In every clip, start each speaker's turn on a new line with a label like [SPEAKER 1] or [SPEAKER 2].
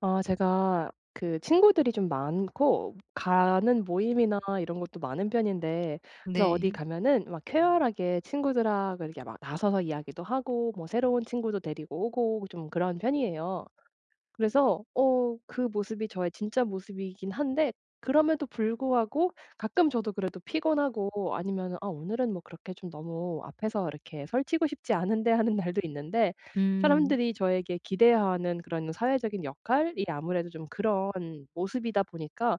[SPEAKER 1] 아, 제가 그 친구들이 좀 많고 가는 모임이나 이런 것도 많은 편인데, 그래서 어디
[SPEAKER 2] 네.
[SPEAKER 1] 가면은 막 쾌활하게 친구들하고 이렇게 막 나서서 이야기도 하고 뭐 새로운 친구도 데리고 오고 좀 그런 편이에요. 그래서 그 모습이 저의 진짜 모습이긴 한데, 그럼에도 불구하고 가끔 저도 그래도 피곤하고 아니면은 '아, 오늘은 뭐 그렇게 좀 너무 앞에서 이렇게 설치고 싶지 않은데.' 하는 날도 있는데,
[SPEAKER 2] 음.
[SPEAKER 1] 사람들이 저에게 기대하는 그런 사회적인 역할이 아무래도 좀 그런 모습이다 보니까,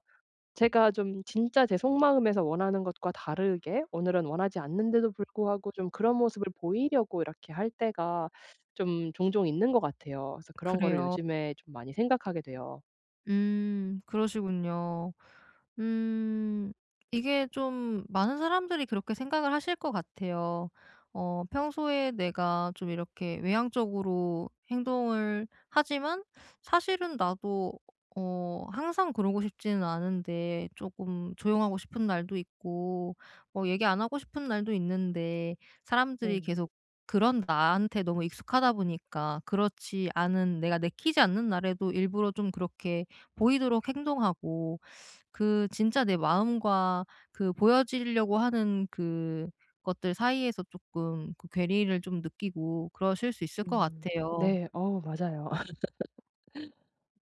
[SPEAKER 1] 제가 좀 진짜 제 속마음에서 원하는 것과 다르게 오늘은 원하지 않는데도 불구하고 좀 그런 모습을 보이려고 이렇게 할 때가 좀 종종 있는 것 같아요. 그래서 그런 거를
[SPEAKER 2] 그래요.
[SPEAKER 1] 요즘에 좀 많이 생각하게 돼요.
[SPEAKER 2] 음. 그러시군요. 음. 이게 좀 많은 사람들이 그렇게 생각을 하실 것 같아요. 평소에 내가 좀 이렇게 외향적으로 행동을 하지만 사실은 나도 항상 그러고 싶지는 않은데 조금 조용하고 싶은 날도 있고 뭐 얘기 안 하고 싶은 날도 있는데
[SPEAKER 1] 네.
[SPEAKER 2] 사람들이 계속 그런 나한테 너무 익숙하다 보니까 그렇지 않은 내가 내키지 않는 날에도 일부러 좀 그렇게 보이도록 행동하고 그 진짜 내 마음과 그 보여지려고 하는 그 것들 사이에서 조금 그 괴리를 좀 느끼고 그러실 수 있을 것
[SPEAKER 1] 음.
[SPEAKER 2] 같아요.
[SPEAKER 1] 네. 어, 맞아요.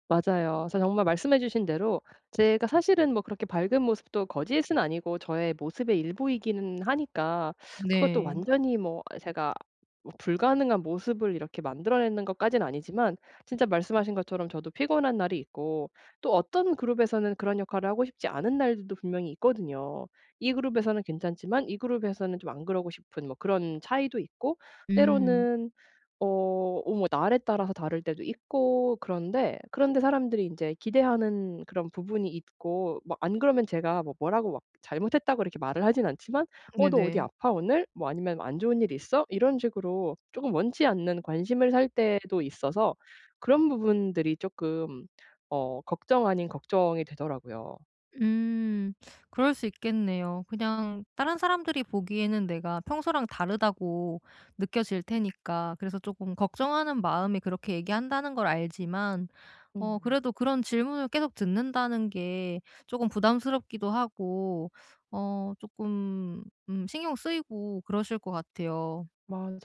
[SPEAKER 1] 맞아요. 그래서 정말 말씀해 주신 대로, 제가 사실은 뭐 그렇게 밝은 모습도 거짓은 아니고 저의 모습의 일부이기는 하니까, 그것도
[SPEAKER 2] 네.
[SPEAKER 1] 완전히 뭐 제가 뭐 불가능한 모습을 이렇게 만들어내는 것까지는 아니지만, 진짜 말씀하신 것처럼 저도 피곤한 날이 있고, 또 어떤 그룹에서는 그런 역할을 하고 싶지 않은 날들도 분명히 있거든요. 이 그룹에서는 괜찮지만 이 그룹에서는 좀 안 그러고 싶은 뭐 그런 차이도 있고,
[SPEAKER 2] 음.
[SPEAKER 1] 때로는 어 어머 날에 따라서 다를 때도 있고, 그런데 사람들이 인제 기대하는 그런 부분이 있고, 막 안 그러면 제가 뭐 뭐라고 막 잘못했다고 이렇게 말을 하진 않지만, "어, 너 어디
[SPEAKER 2] 네네.
[SPEAKER 1] 아파 오늘?" 뭐 아니면 "안 좋은 일 있어?" 이런 식으로 쪼금 원치 않는 관심을 살 때도 있어서, 그런 부분들이 쪼끔 걱정 아닌 걱정이 되더라고요.
[SPEAKER 2] 음. 그럴 수 있겠네요. 그냥 다른 사람들이 보기에는 내가 평소랑 다르다고 느껴질 테니까 그래서 조금 걱정하는 마음이 그렇게 얘기한다는 걸 알지만
[SPEAKER 1] 음.
[SPEAKER 2] 그래도 그런 질문을 계속 듣는다는 게 조금 부담스럽기도 하고 조금 신경 쓰이고 그러실 것 같아요.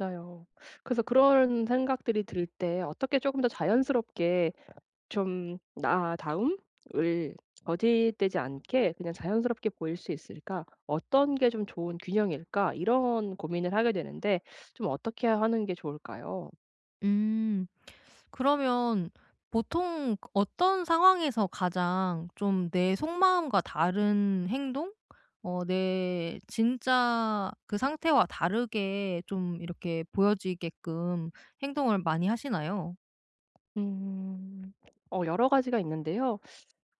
[SPEAKER 1] 맞아요. 그래서 그런 생각들이 들 때 어떻게 쪼금 더 자연스럽게 좀 나다움을 저지되지 않게 그냥 자연스럽게 보일 수 있을까? 어떤 게 좀 좋은 균형일까? 이런 고민을 하게 되는데, 좀 어떻게 하는 게 좋을까요?
[SPEAKER 2] 음. 그러면 보통 그 어떤 상황에서 가장 좀 내 속마음과 다른 행동? 내 진짜 그 상태와 다르게 좀 이렇게 보여지게끔 행동을 많이 하시나요?
[SPEAKER 1] 음. 어, 여러 가지가 있는데요.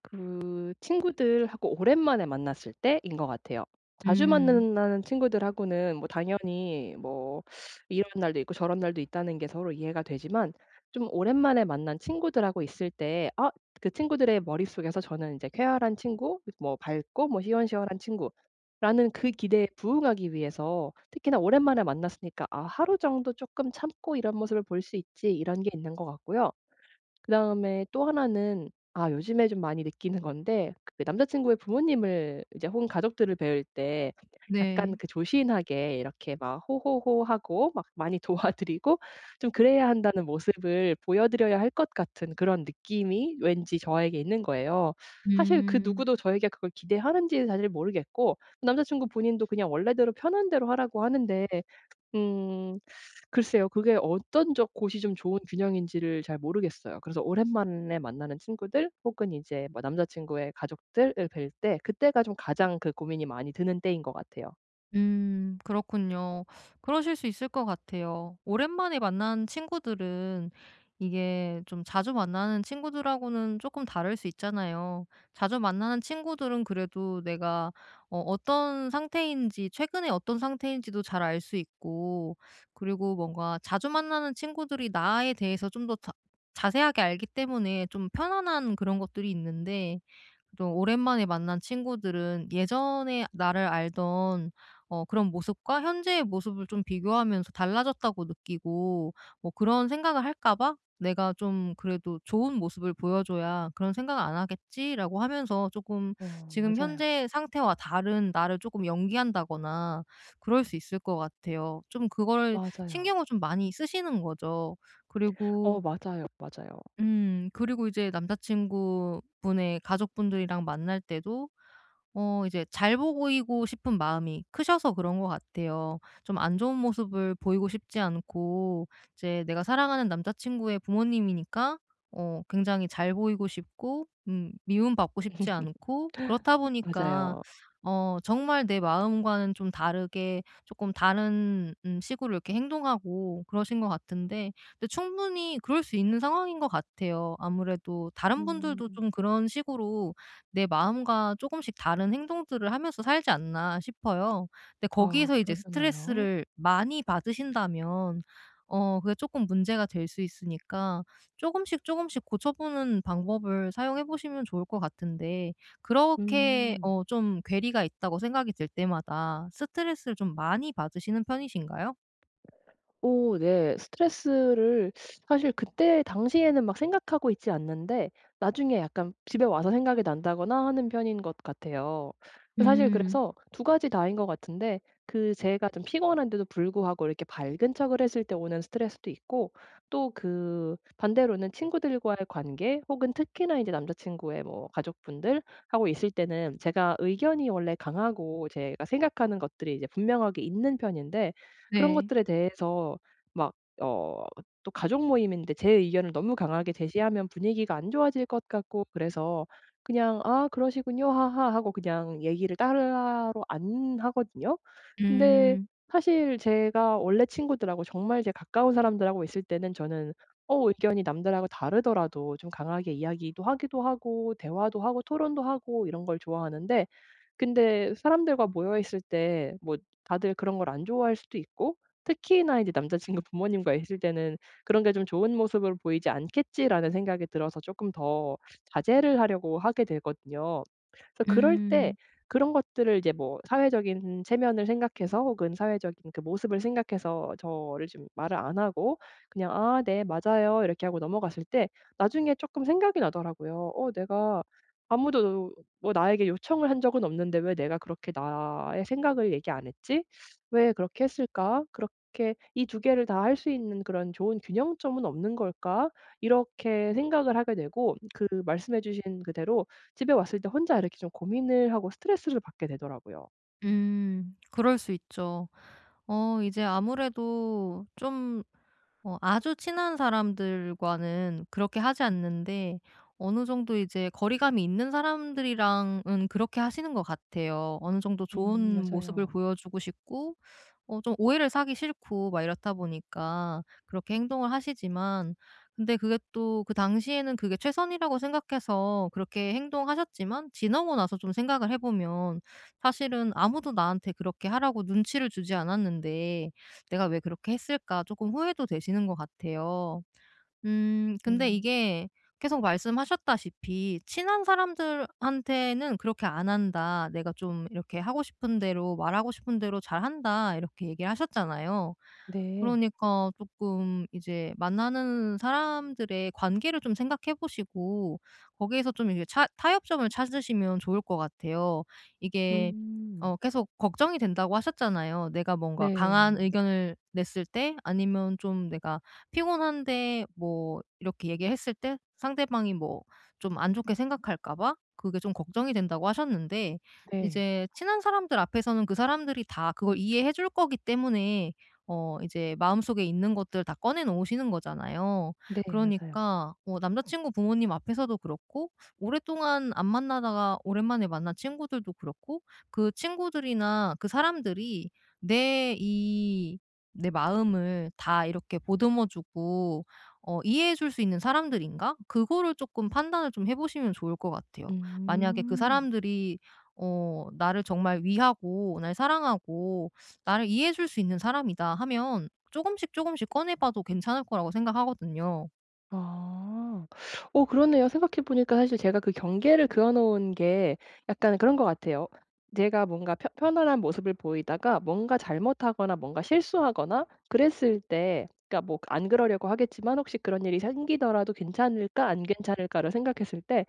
[SPEAKER 1] 그 친구들하고 오랜만에 만났을 때인 것 같아요. 자주
[SPEAKER 2] 음.
[SPEAKER 1] 만나는 친구들하고는 뭐 당연히 뭐 이런 날도 있고 저런 날도 있다는 게 서로 이해가 되지만, 좀 오랜만에 만난 친구들하고 있을 때, 아, 그 친구들의 머릿속에서 저는 이제 쾌활한 친구, 뭐 밝고 뭐 시원시원한 친구라는 그 기대에 부응하기 위해서 특히나 오랜만에 만났으니까 '아, 하루 정도 조금 참고 이런 모습을 볼 수 있지.' 이런 게 있는 것 같고요. 그다음에 또 하나는, 아, 요즘에 좀 많이 느끼는 건데, 그 남자 친구의 부모님을 이제 혹은 가족들을 배울 때 약간
[SPEAKER 2] 네.
[SPEAKER 1] 그 조신하게 이렇게 막 호호호하고 막 많이 도와드리고 좀 그래야 한다는 모습을 보여드려야 할 것 같은 그런 느낌이 왠지 저에게 있는 거예요. 사실 그
[SPEAKER 2] 음.
[SPEAKER 1] 누구도 저에게 그걸 기대하는지 사실 모르겠고, 남자 친구 본인도 그냥 원래대로 편한 대로 하라고 하는데. 음. 글쎄요. 그게 어떤 적 곳이 좀 좋은 균형인지를 잘 모르겠어요. 그래서 오랜만에 만나는 친구들, 혹은 이제 뭐 남자 친구의 가족들을 뵐 때, 그때가 좀 가장 그 고민이 많이 드는 때인 것 같아요.
[SPEAKER 2] 그렇군요. 그러실 수 있을 것 같아요. 오랜만에 만난 친구들은 이게 좀 자주 만나는 친구들하고는 조금 다를 수 있잖아요. 자주 만나는 친구들은 그래도 내가 어떤 상태인지 최근에 어떤 상태인지도 잘 알 수 있고, 그리고 뭔가 자주 만나는 친구들이 나에 대해서 좀 더 자세하게 알기 때문에 좀 편안한 그런 것들이 있는데, 좀 오랜만에 만난 친구들은 예전에 나를 알던 그런 모습과 현재의 모습을 좀 비교하면서 달라졌다고 느끼고 뭐 그런 생각을 할까 봐 '내가 좀 그래도 좋은 모습을 보여줘야 그런 생각을 안 하겠지.'라고 하면서 조금
[SPEAKER 1] 어,
[SPEAKER 2] 지금
[SPEAKER 1] 맞아요.
[SPEAKER 2] 현재 상태와 다른 나를 조금 연기한다거나 그럴 수 있을 것 같아요. 좀 그걸
[SPEAKER 1] 맞아요.
[SPEAKER 2] 신경을 좀 많이 쓰시는 거죠. 그리고
[SPEAKER 1] 어, 맞아요, 맞아요.
[SPEAKER 2] 그리고 이제 남자친구분의 가족분들이랑 만날 때도 이제 잘 보이고 싶은 마음이 크셔서 그런 것 같아요. 좀 안 좋은 모습을 보이고 싶지 않고, 이제 내가 사랑하는 남자친구의 부모님이니까 굉장히 잘 보이고 싶고 미움받고 싶지 않고 그렇다 보니까
[SPEAKER 1] 맞아요.
[SPEAKER 2] 정말 내 마음과는 좀 다르게 조금 다른 식으로 이렇게 행동하고 그러신 것 같은데, 근데 충분히 그럴 수 있는 상황인 것 같아요. 아무래도 다른
[SPEAKER 1] 음.
[SPEAKER 2] 분들도 좀 그런 식으로 '내 마음과 조금씩 다른 행동들을 하면서 살지 않나.' 싶어요. 근데
[SPEAKER 1] 아,
[SPEAKER 2] 거기에서 이제
[SPEAKER 1] 그러려나요?
[SPEAKER 2] 스트레스를 많이 받으신다면 그게 조금 문제가 될 수 있으니까 조금씩 조금씩 고쳐보는 방법을 사용해 보시면 좋을 것 같은데, 그렇게
[SPEAKER 1] 음.
[SPEAKER 2] 좀 괴리가 있다고 생각이 들 때마다 스트레스를 좀 많이 받으시는 편이신가요?
[SPEAKER 1] 오, 네. 스트레스를 사실 그때 당시에는 막 생각하고 있지 않는데, 나중에 약간 집에 와서 생각이 난다거나 하는 편인 것 같아요. 사실
[SPEAKER 2] 음.
[SPEAKER 1] 그래서 두 가지 다인 것 같은데, 그 제가 좀 피곤한데도 불구하고 이렇게 밝은 척을 했을 때 오는 스트레스도 있고, 또 그 반대로는 친구들과의 관계, 혹은 특히나 이제 남자친구의 뭐 가족분들하고 있을 때는, 제가 의견이 원래 강하고 제가 생각하는 것들이 이제 분명하게 있는 편인데, 그런
[SPEAKER 2] 네.
[SPEAKER 1] 것들에 대해서 막 어 또 가족 모임인데 제 의견을 너무 강하게 제시하면 분위기가 안 좋아질 것 같고, 그래서 그냥 "아, 그러시군요. 하하." 하고 그냥 얘기를 따로 안 하거든요. 근데
[SPEAKER 2] 음.
[SPEAKER 1] 사실 제가 원래 친구들하고 정말 제 가까운 사람들하고 있을 때는, 저는 의견이 남들하고 다르더라도 좀 강하게 이야기도 하기도 하고 대화도 하고 토론도 하고 이런 걸 좋아하는데, 근데 사람들과 모여 있을 때 뭐 다들 그런 걸 안 좋아할 수도 있고, 특히나 이제 남자친구 부모님과 있을 때는 '그런 게 좀 좋은 모습으로 보이지 않겠지.'라는 생각이 들어서 쪼끔 더 자제를 하려고 하게 되거든요. 그래서 그럴 때
[SPEAKER 2] 음.
[SPEAKER 1] 그런 것들을 이제 뭐 사회적인 체면을 생각해서, 혹은 사회적인 그 모습을 생각해서 저를 좀 말을 안 하고 그냥 "아, 네. 맞아요." 이렇게 하고 넘어갔을 때, 나중에 쪼끔 생각이 나더라고요. '어, 내가 아무도 뭐 나에게 요청을 한 적은 없는데, 왜 내가 그렇게 나의 생각을 얘기 안 했지? 왜 그렇게 했을까? 그렇게 이 두 개를 다 할 수 있는 그런 좋은 균형점은 없는 걸까?' 이렇게 생각을 하게 되고, 그 말씀해 주신 그대로 집에 왔을 때 혼자 이렇게 좀 고민을 하고 스트레스를 받게 되더라고요.
[SPEAKER 2] 음. 그럴 수 있죠. 이제 아무래도 좀 아주 친한 사람들과는 그렇게 하지 않는데, 어느 정도 이제 거리감이 있는 사람들이랑은 그렇게 하시는 것 같아요. 어느 정도 좋은
[SPEAKER 1] 음,
[SPEAKER 2] 모습을
[SPEAKER 1] 맞아요.
[SPEAKER 2] 보여주고 싶고 좀 오해를 사기 싫고 막 이렇다 보니까 그렇게 행동을 하시지만, 근데 그게 또 그 당시에는 그게 최선이라고 생각해서 그렇게 행동하셨지만 지나고 나서 좀 생각을 해 보면 사실은 아무도 나한테 그렇게 하라고 눈치를 주지 않았는데 '내가 왜 그렇게 했을까?' 조금 후회도 되시는 것 같아요. 근데
[SPEAKER 1] 음.
[SPEAKER 2] 이게 계속 말씀하셨다시피 "친한 사람들한테는 그렇게 안 한다. 내가 좀 이렇게 하고 싶은 대로 말하고 싶은 대로 잘한다." 이렇게 얘기를 하셨잖아요.
[SPEAKER 1] 네.
[SPEAKER 2] 그러니까 조금 이제 만나는 사람들의 관계를 좀 생각해 보시고, 거기에서 좀 이게 차 타협점을 찾으시면 좋을 것 같아요. 이게
[SPEAKER 1] 음.
[SPEAKER 2] 계속 걱정이 된다고 하셨잖아요. 내가 뭔가 강한
[SPEAKER 1] 네.
[SPEAKER 2] 의견을 냈을 때 아니면 좀 내가 피곤한데 뭐 이렇게 얘기했을 때 상대방이 뭐 좀 안 좋게 생각할까 봐 그게 좀 걱정이 된다고 하셨는데,
[SPEAKER 1] 네.
[SPEAKER 2] 이제 친한 사람들 앞에서는 그 사람들이 다 그걸 이해해 줄 거기 때문에 이제 마음속에 있는 것들 다 꺼내 놓으시는 거잖아요.
[SPEAKER 1] 네, 맞아요.
[SPEAKER 2] 그러니까 남자친구 부모님 앞에서도 그렇고 오랫동안 안 만나다가 오랜만에 만난 친구들도 그렇고 그 친구들이나 그 사람들이 내이 내 마음을 다 이렇게 보듬어 주고 이해해 줄 수 있는 사람들인가? 그거를 조금 판단을 좀 해 보시면 좋을 것 같아요. 만약에 그
[SPEAKER 1] 음.
[SPEAKER 2] 사람들이 나를 정말 위하고 날 사랑하고 나를 이해해 줄 수 있는 사람이다 하면 조금씩 조금씩 꺼내 봐도 괜찮을 거라고 생각하거든요.
[SPEAKER 1] 아. 어, 그러네요. 생각해 보니까 사실 제가 그 경계를 그어 놓은 게 약간 그런 것 같아요. 제가 뭔가 편 편안한 모습을 보이다가 뭔가 잘못하거나 뭔가 실수하거나 그랬을 때, 그러니까 뭐 안 그러려고 하겠지만 혹시 '그런 일이 생기더라도 괜찮을까? 안 괜찮을까?'를 생각했을 때,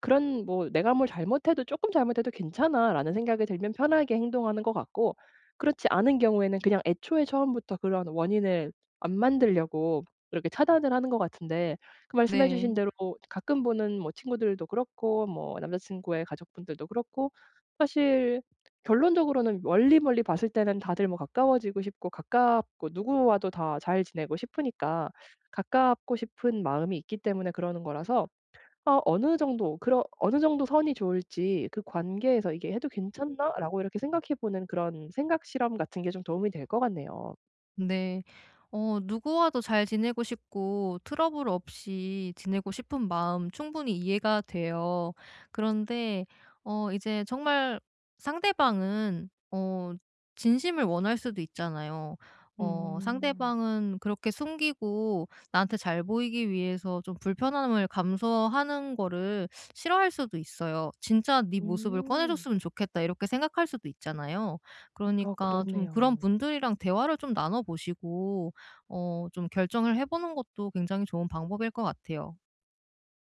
[SPEAKER 1] 그런 뭐 '내가 뭘 잘못해도 조금 잘못해도 괜찮아.'라는 생각이 들면 편하게 행동하는 것 같고, 그렇지 않은 경우에는 그냥 애초에 처음부터 그런 원인을 안 만들려고 이렇게 차단을 하는 것 같은데, 그 말씀해 주신
[SPEAKER 2] 네.
[SPEAKER 1] 대로 가끔 보는 뭐 친구들도 그렇고 뭐 남자 친구의 가족분들도 그렇고, 사실 결론적으로는 멀리 멀리 봤을 때는 다들 뭐 가까워지고 싶고 가깝고 누구와도 다 잘 지내고 싶으니까, 가깝고 싶은 마음이 있기 때문에 그러는 거라서, 어느 정도 선이 좋을지, 그 관계에서 '이게 해도 괜찮나?'라고 이렇게 생각해 보는 그런 생각 실험 같은 게 좀 도움이 될 것 같네요.
[SPEAKER 2] 네. 누구와도 잘 지내고 싶고 트러블 없이 지내고 싶은 마음 충분히 이해가 돼요. 그런데 이제 정말 상대방은 진심을 원할 수도 있잖아요.
[SPEAKER 1] 음.
[SPEAKER 2] 상대방은 그렇게 숨기고 나한테 잘 보이기 위해서 좀 불편함을 감수하는 거를 싫어할 수도 있어요. '진짜 네 모습을 꺼내
[SPEAKER 1] 음.
[SPEAKER 2] 줬으면 좋겠다.' 이렇게 생각할 수도 있잖아요.
[SPEAKER 1] 어,
[SPEAKER 2] 그러니까 좀 그런
[SPEAKER 1] 그렇네요.
[SPEAKER 2] 분들이랑 대화를 좀 나눠 보시고 좀 결정을 해 보는 것도 굉장히 좋은 방법일 것 같아요.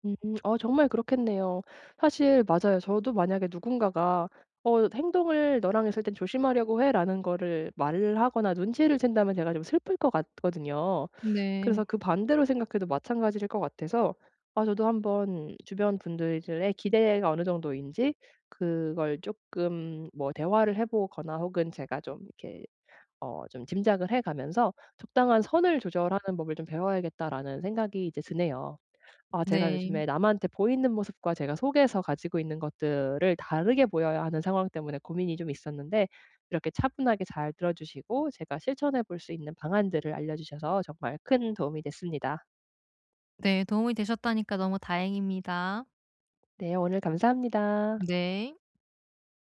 [SPEAKER 1] 음. 아, 정말 그렇겠네요. 사실 맞아요. 저도 만약에 누군가가 "어, 행동을 너랑 했을 땐 조심하려고 해."라는 거를 말을 하거나 눈치를 챈다면 제가 좀 슬플 것 같거든요. 그래서
[SPEAKER 2] 네.
[SPEAKER 1] 그 반대로 생각해도 마찬가지일 것 같아서, 아, 저도 한번 주변 분들의 기대가 어느 정도인지 그걸 조금 뭐 대화를 해 보거나 혹은 제가 좀 이렇게 좀 짐작을 해 가면서 '적당한 선을 조절하는 법을 좀 배워야겠다.'라는 생각이 이제 드네요. 아, 제가
[SPEAKER 2] 네.
[SPEAKER 1] 요즘에 남한테 보이는 모습과 제가 속에서 가지고 있는 것들을 다르게 보여야 하는 상황 때문에 고민이 좀 있었는데, 이렇게 차분하게 잘 들어 주시고 제가 실천해 볼 수 있는 방안들을 알려 주셔서 정말 큰 도움이 됐습니다.
[SPEAKER 2] 네. 도움이 되셨다니까 너무 다행입니다.
[SPEAKER 1] 네, 오늘 감사합니다.
[SPEAKER 2] 네.